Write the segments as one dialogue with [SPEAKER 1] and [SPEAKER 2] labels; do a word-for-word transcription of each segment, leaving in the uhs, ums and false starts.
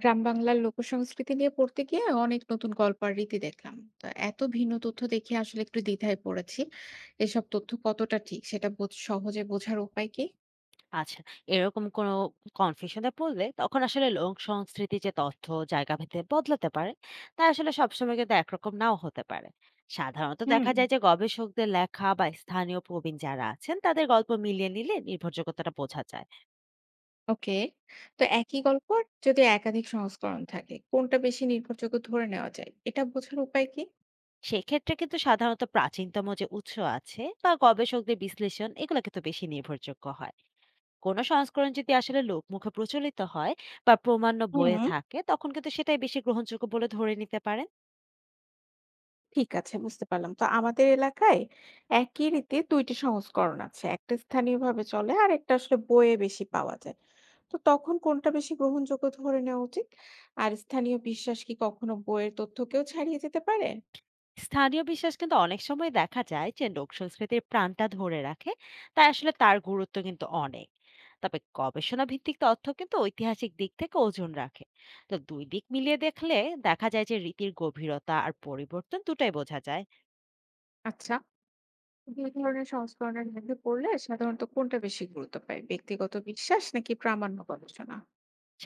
[SPEAKER 1] গ্রাম বাংলার লোকসংস্কৃতি নিয়ে পড়তে গিয়ে অনেক নতুন গল্প আর রীতি দেখলাম। তো এত ভিন্ন তথ্য দেখে আসলে একটু দ্বিধায় পড়েছি। এসব তথ্য কতটা ঠিক সেটা বোঝ- সহজে বোঝার উপায় কি?
[SPEAKER 2] আচ্ছা, এরকম কোনো কনফিউশন এ পড়লে তখন আসলে লোক সংস্কৃতি যে তথ্য জায়গা ভেদে বদলাতে পারে, তা আসলে সবসময় কিন্তু একরকম নাও হতে পারে। সাধারণত
[SPEAKER 1] হুম।
[SPEAKER 2] দেখা যায় যে গবেষকদের লেখা বা স্থানীয় প্রবীণ যারা আছেন তাদের গল্প মিলিয়ে নিলে নির্ভরযোগ্যতাটা বোঝা যায়।
[SPEAKER 1] ওকে। তো একই গল্প আর যদি একাধিক সংস্করণ থাকে কোনটা বেশি নির্ভরযোগ্য ধরে নেওয়া যায় এটা বোঝার উপায় কি?
[SPEAKER 2] সেক্ষেত্রে কিন্তু সাধারণত প্রাচীনতম যে উৎস আছে বা গবেষকদের বিশ্লেষণ, এগুলো কিন্তু বেশি নির্ভরযোগ্য হয়। কোনো সংস্করণ যদি আসলে লোকমুখে প্রচলিত হয় বা প্রমাণ্য
[SPEAKER 1] হুম।
[SPEAKER 2] বইয়ে থাকে, তখন কিন্তু সেটাই বেশি গ্রহণযোগ্য বলে ধরে নিতে পারে।
[SPEAKER 1] ঠিক আছে, বুঝতে পারলাম। তো আমাদের এলাকায় একই রীতি দুই টি সংস্করণ আছে। একটা স্থানীয়ভাবে চলে, আরেকটা আসলে বইয়ে বেশি পাওয়া যায়। তো তখন কোনটা বেশি গ্রহণযোগ্য ধরে নেওয়া উচিত? আর স্থানীয় বিশ্বাস কি কখনো বইয়ের তথ্যকেও ছাড়িয়ে যেতে পারে?
[SPEAKER 2] স্থানীয় বিশ্বাস কিন্তু অনেক সময় দেখা যায় যে লোক সংস্কৃতির প্রাণটা ধরে রাখে, তাই আসলে তার গুরুত্ব কিন্তু অনেক। তবে গবেষণা ভিত্তিক তথ্য কিন্তু ঐতিহাসিক দিক থেকে ওজন রাখে। তো দুই দিক মিলিয়ে দেখলে দেখা যায় যে রীতির গভীরতা আর পরিবর্তন দুটাই বোঝা যায়।
[SPEAKER 1] আচ্ছা, দুই ধরনের সংস্করণের মধ্যে পড়লে সাধারণত কোনটা বেশি গুরুত্ব পায়, ব্যক্তিগত বিশ্বাস নাকি প্রামাণ্য গবেষণা?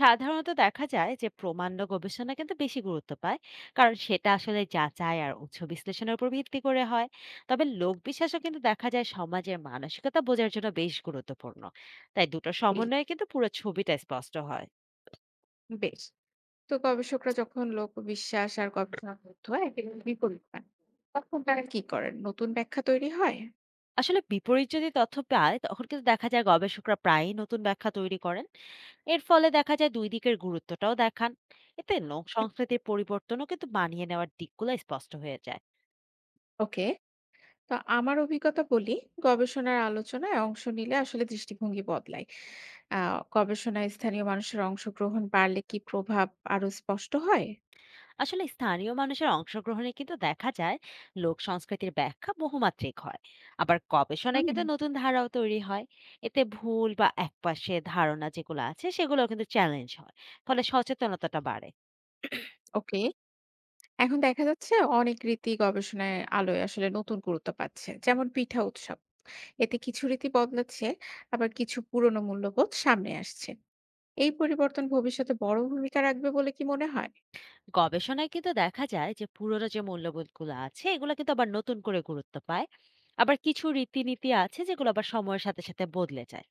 [SPEAKER 2] সাধারণত দেখা যায় যে প্রমাণ্য গবেষণা কিন্তু বেশি গুরুত্ব পায়, কারণ সেটা আসলে যাচাই আর উৎস বিশ্লেষণের উপর ভিত্তি করে হয়। তবে লোকবিশ্বাসও কিন্তু দেখা যায় সমাজের মানসিকতা বোঝার জন্য বেশ গুরুত্বপূর্ণ। তাই দুটো
[SPEAKER 1] এই,
[SPEAKER 2] সমন্বয়ে কিন্তু পুরো ছবিটা স্পষ্ট হয়।
[SPEAKER 1] বেশ। তো গবেষকরা যখন লোক বিশ্বাস আর গবেষণা তথ্য একেবারে বিপরীত পান, তখন তারা কি করেন? নতুন ব্যাখ্যা তৈরি হয়?
[SPEAKER 2] আসলে বিপরীত যদি তথ্য পায় তখন কিন্তু দেখা যায় গবেষকরা প্রায়ই নতুন ব্যাখ্যা তৈরি করেন। এর ফলে দেখা যায় দুই দিকের গুরুত্বটাও দেখান। এতে লোক সংস্কৃতির পরিবর্তনও কিন্তু মানিয়ে নেওয়ার দিকগুলো স্পষ্ট হয়ে যায়।
[SPEAKER 1] ওকে। তো আমার অভিজ্ঞতা বলি, গবেষণার আলোচনায় অংশ নিলে আসলে দৃষ্টিভঙ্গি বদলায়। আহ গবেষণায় স্থানীয় মানুষের অংশগ্রহণ বাড়লে কি প্রভাব আরো স্পষ্ট হয়?
[SPEAKER 2] আসলে স্থানীয় মানুষের অংশগ্রহণে কিন্তু দেখা যায় লোক সংস্কৃতির ব্যাখ্যা বহুমাত্রিক হয়। আবার গবেষণায়
[SPEAKER 1] হুম।
[SPEAKER 2] কিন্তু নতুন ধারাও তৈরি হয়। এতে ভুল বা একপাশে ধারণা যেগুলো আছে সেগুলো কিন্তু চ্যালেঞ্জ হয়, ফলে সচেতনতাটা বাড়ে।
[SPEAKER 1] ওকে। এখন দেখা যাচ্ছে অনেক রীতি গবেষণায় আলোয় আসলে নতুন গুরুত্ব পাচ্ছে, যেমন পিঠা উৎসব। এতে কিছু রীতি বদলাচ্ছে, আবার কিছু পুরনো মূল্যবোধ সামনে আসছে। এই পরিবর্তন ভবিষ্যতে বড় ভূমিকা রাখবে বলে কি মনে হয়?
[SPEAKER 2] গবেষণায় কিন্তু দেখা যায় যে পুরোনো যে মূল্যবোধগুলো আছে এগুলো কিন্তু আবার নতুন করে গুরুত্ব পায়। আবার কিছু রীতিনীতি আছে যেগুলো আবার সময়ের সাথে সাথে বদলে যায়।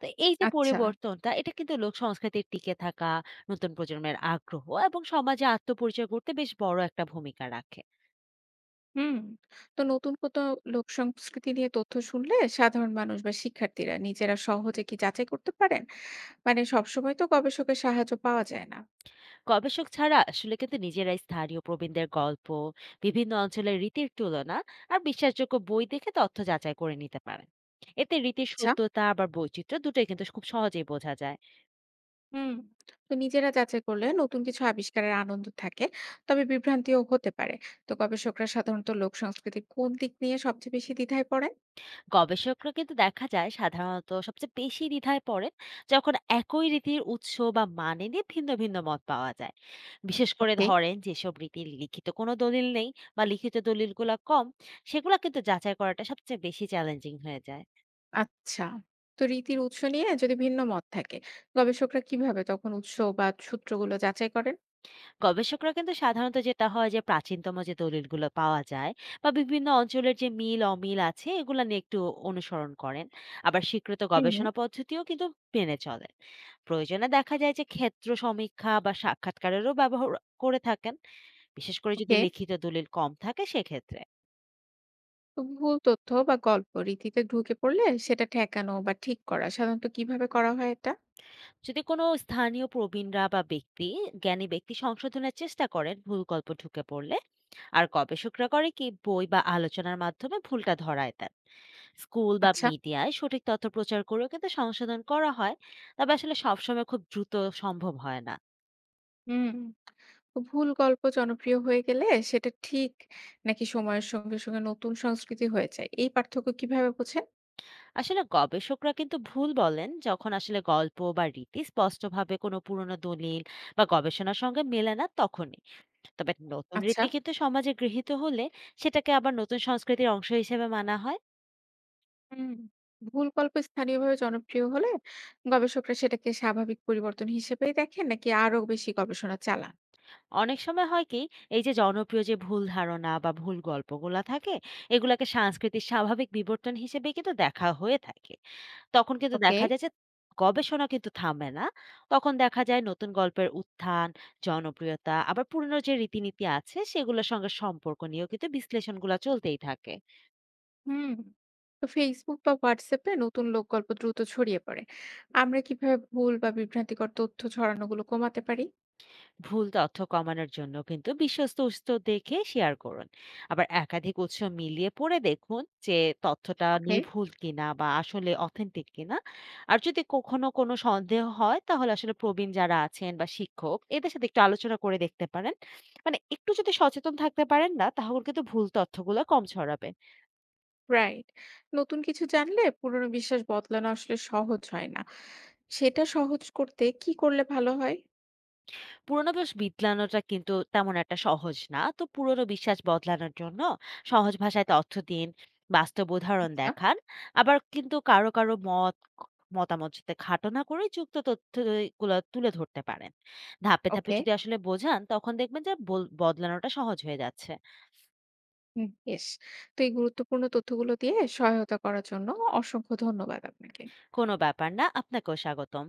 [SPEAKER 2] তো এই যে
[SPEAKER 1] আচ্ছা।
[SPEAKER 2] পরিবর্তনটা, এটা কিন্তু লোক সংস্কৃতির টিকে থাকা, নতুন প্রজন্মের আগ্রহ এবং সমাজে আত্মপরিচয় করতে বেশ বড় একটা ভূমিকা রাখে।
[SPEAKER 1] হুম। তো নতুন কত লোক সংস্কৃতি নিয়ে তথ্য শুনলে সাধারণ মানুষ বা শিক্ষার্থীরা নিজেরা সহজে কি যাচাই করতে পারেন? মানে সবসময় তো গবেষকের সাহায্য পাওয়া যায় না।
[SPEAKER 2] গবেষক ছাড়া আসলে কিন্তু নিজেরাই স্থানীয় প্রবীণদের গল্প, বিভিন্ন অঞ্চলের রীতির তুলনা আর বিশ্বাসযোগ্য বই দেখে তথ্য যাচাই করে নিতে পারেন। এতে রীতির
[SPEAKER 1] আচ্ছা।
[SPEAKER 2] সত্যতা আবার বৈচিত্র্য দুটোই কিন্তু খুব সহজেই বোঝা যায়।
[SPEAKER 1] হুম। তো নিজেরা যাচাই করলে নতুন কিছু আবিষ্কারের আনন্দ থাকে, তবে বিভ্রান্তিও হতে পারে। তো গবেষকরা সাধারণত লোক সংস্কৃতির কোন দিক নিয়ে সবচেয়ে বেশি দ্বিধায় পড়েন?
[SPEAKER 2] গবেষকরা কিন্তু দেখা যায় সাধারণত সবচেয়ে বেশি দ্বিধায় পড়েন যখন একই রীতির উৎস বা মানে নিয়ে ভিন্ন ভিন্ন মত পাওয়া যায়। বিশেষ করে
[SPEAKER 1] ওকে।
[SPEAKER 2] ধরেন যেসব রীতির লিখিত কোনো দলিল নেই বা লিখিত দলিলগুলো কম, সেগুলো কিন্তু যাচাই করাটা সবচেয়ে বেশি চ্যালেঞ্জিং হয়ে যায়।
[SPEAKER 1] আচ্ছা। তো রীতির উৎস নিয়ে যদি ভিন্ন মত থাকে, গবেষকরা কিভাবে তখন উৎস বা সূত্রগুলো যাচাই করেন?
[SPEAKER 2] গবেষকরা কিন্তু সাধারণত যেটা হয় যে প্রাচীনতম যে দলিলগুলো পাওয়া যায় বা বিভিন্ন অঞ্চলের যে মিল অমিল আছে এগুলা নিয়ে একটু অনুসরণ করেন। আবার স্বীকৃত
[SPEAKER 1] হুম।
[SPEAKER 2] গবেষণা পদ্ধতিও কিন্তু মেনে চলেন। প্রয়োজনে দেখা যায় যে ক্ষেত্র সমীক্ষা বা সাক্ষাৎকারেরও ব্যবহার করে থাকেন, বিশেষ করে যদি
[SPEAKER 1] ওকে।
[SPEAKER 2] লিখিত দলিল কম থাকে সেক্ষেত্রে।
[SPEAKER 1] ভুল তথ্য বা গল্প রীতিতে ঢুকে পড়লে সেটা ঠেকানো বা ঠিক করা সাধারণত কিভাবে করা হয় এটা?
[SPEAKER 2] যদি কোনো স্থানীয় প্রবীণরা বা ব্যক্তি জ্ঞানী ব্যক্তি সংশোধনের চেষ্টা করেন ভুল গল্প ঢুকে পড়লে, আর গবেষকরা করে কি বই বা আলোচনার মাধ্যমে ভুলটা ধরায় দেন। স্কুল বা
[SPEAKER 1] আচ্ছা।
[SPEAKER 2] মিডিয়ায় সঠিক তথ্য প্রচার করেও কিন্তু সংশোধন করা হয়। তবে আসলে সবসময় খুব দ্রুত সম্ভব হয় না।
[SPEAKER 1] হুম। তো ভুল গল্প জনপ্রিয় হয়ে গেলে সেটা ঠিক নাকি সময়ের সঙ্গে সঙ্গে নতুন সংস্কৃতি হয়ে যায়, এই পার্থক্য কিভাবে বোঝেন?
[SPEAKER 2] আসলে গবেষকরা কিন্তু ভুল বলেন যখন আসলে গল্প বা রীতি স্পষ্টভাবে কোনো পুরনো দলিল বা গবেষণার সঙ্গে মেলে না তখনই। তবে নতুন
[SPEAKER 1] আচ্ছা।
[SPEAKER 2] রীতি কিন্তু সমাজে গৃহীত হলে সেটাকে আবার নতুন সংস্কৃতির অংশ হিসেবে মানা হয়।
[SPEAKER 1] হুম। ভুল গল্প স্থানীয়ভাবে জনপ্রিয় হলে গবেষকরা সেটাকে স্বাভাবিক পরিবর্তন হিসেবেই দেখেন নাকি আরো বেশি গবেষণা চালান?
[SPEAKER 2] অনেক সময় হয় কি, এই যে জনপ্রিয় যে ভুল ধারণা বা ভুল গল্পগুলা থাকে, এগুলাকে সাংস্কৃতিক স্বাভাবিক বিবর্তন হিসেবে কিন্তু দেখা হয়ে থাকে। তখন কিন্তু
[SPEAKER 1] ওকে।
[SPEAKER 2] দেখা যায় যে গবেষণা কিন্তু থামে না। তখন দেখা যায় নতুন গল্পের উত্থান, জনপ্রিয়তা আবার পুরনো যে রীতিনীতি আছে সেগুলোর সঙ্গে সম্পর্ক নিয়েও কিন্তু বিশ্লেষণগুলো চলতেই থাকে।
[SPEAKER 1] হুম। তো ফেসবুক বা হোয়াটসঅ্যাপে নতুন লোকগল্প দ্রুত ছড়িয়ে পড়ে, আমরা কিভাবে ভুল বা বিভ্রান্তিকর তথ্য ছড়ানোগুলো কমাতে পারি?
[SPEAKER 2] ভুল তথ্য কমানোর জন্য কিন্তু বিশ্বস্ত উৎস দেখে শেয়ার করুন। আবার একাধিক উৎস মিলিয়ে পড়ে দেখুন যে তথ্যটা
[SPEAKER 1] ওকে।
[SPEAKER 2] নির্ভুল কিনা বা আসলে অথেন্টিক কিনা। আর যদি কখনো কোনো সন্দেহ হয় তাহলে আসলে প্রবীণ যারা আছেন বা শিক্ষক এদের সাথে একটু আলোচনা করে দেখতে পারেন। মানে একটু যদি সচেতন থাকতে পারেন না, তাহলে কিন্তু ভুল তথ্যগুলো কম ছড়াবে।
[SPEAKER 1] রাইট। নতুন কিছু জানলে পুরনো বিশ্বাস বদলানো আসলে সহজ হয় না, সেটা সহজ করতে কি করলে ভালো হয়?
[SPEAKER 2] পুরোনো বেশ বিতলানোটা কিন্তু তেমন একটা সহজ না, তো পুরোনো বিশ্বাস বদলানোর জন্য সহজ ভাষায় তথ্য দিন, বাস্তব উদাহরণ
[SPEAKER 1] আচ্ছা।
[SPEAKER 2] দেখান। আবার কিন্তু কারো কারো মত মতামত সাথে খাটো না করে যুক্ত তথ্যগুলো তুলে ধরতে পারেন। ধাপে ধাপে
[SPEAKER 1] ওকে।
[SPEAKER 2] যদি আসলে বোঝান তখন দেখবেন যে বল- বদলানোটা সহজ হয়ে যাচ্ছে।
[SPEAKER 1] হুম, বেশ। তো এই গুরুত্বপূর্ণ তথ্যগুলো দিয়ে সহায়তা করার জন্য অসংখ্য ধন্যবাদ আপনাকে।
[SPEAKER 2] কোনো ব্যাপার না, আপনাকেও স্বাগতম।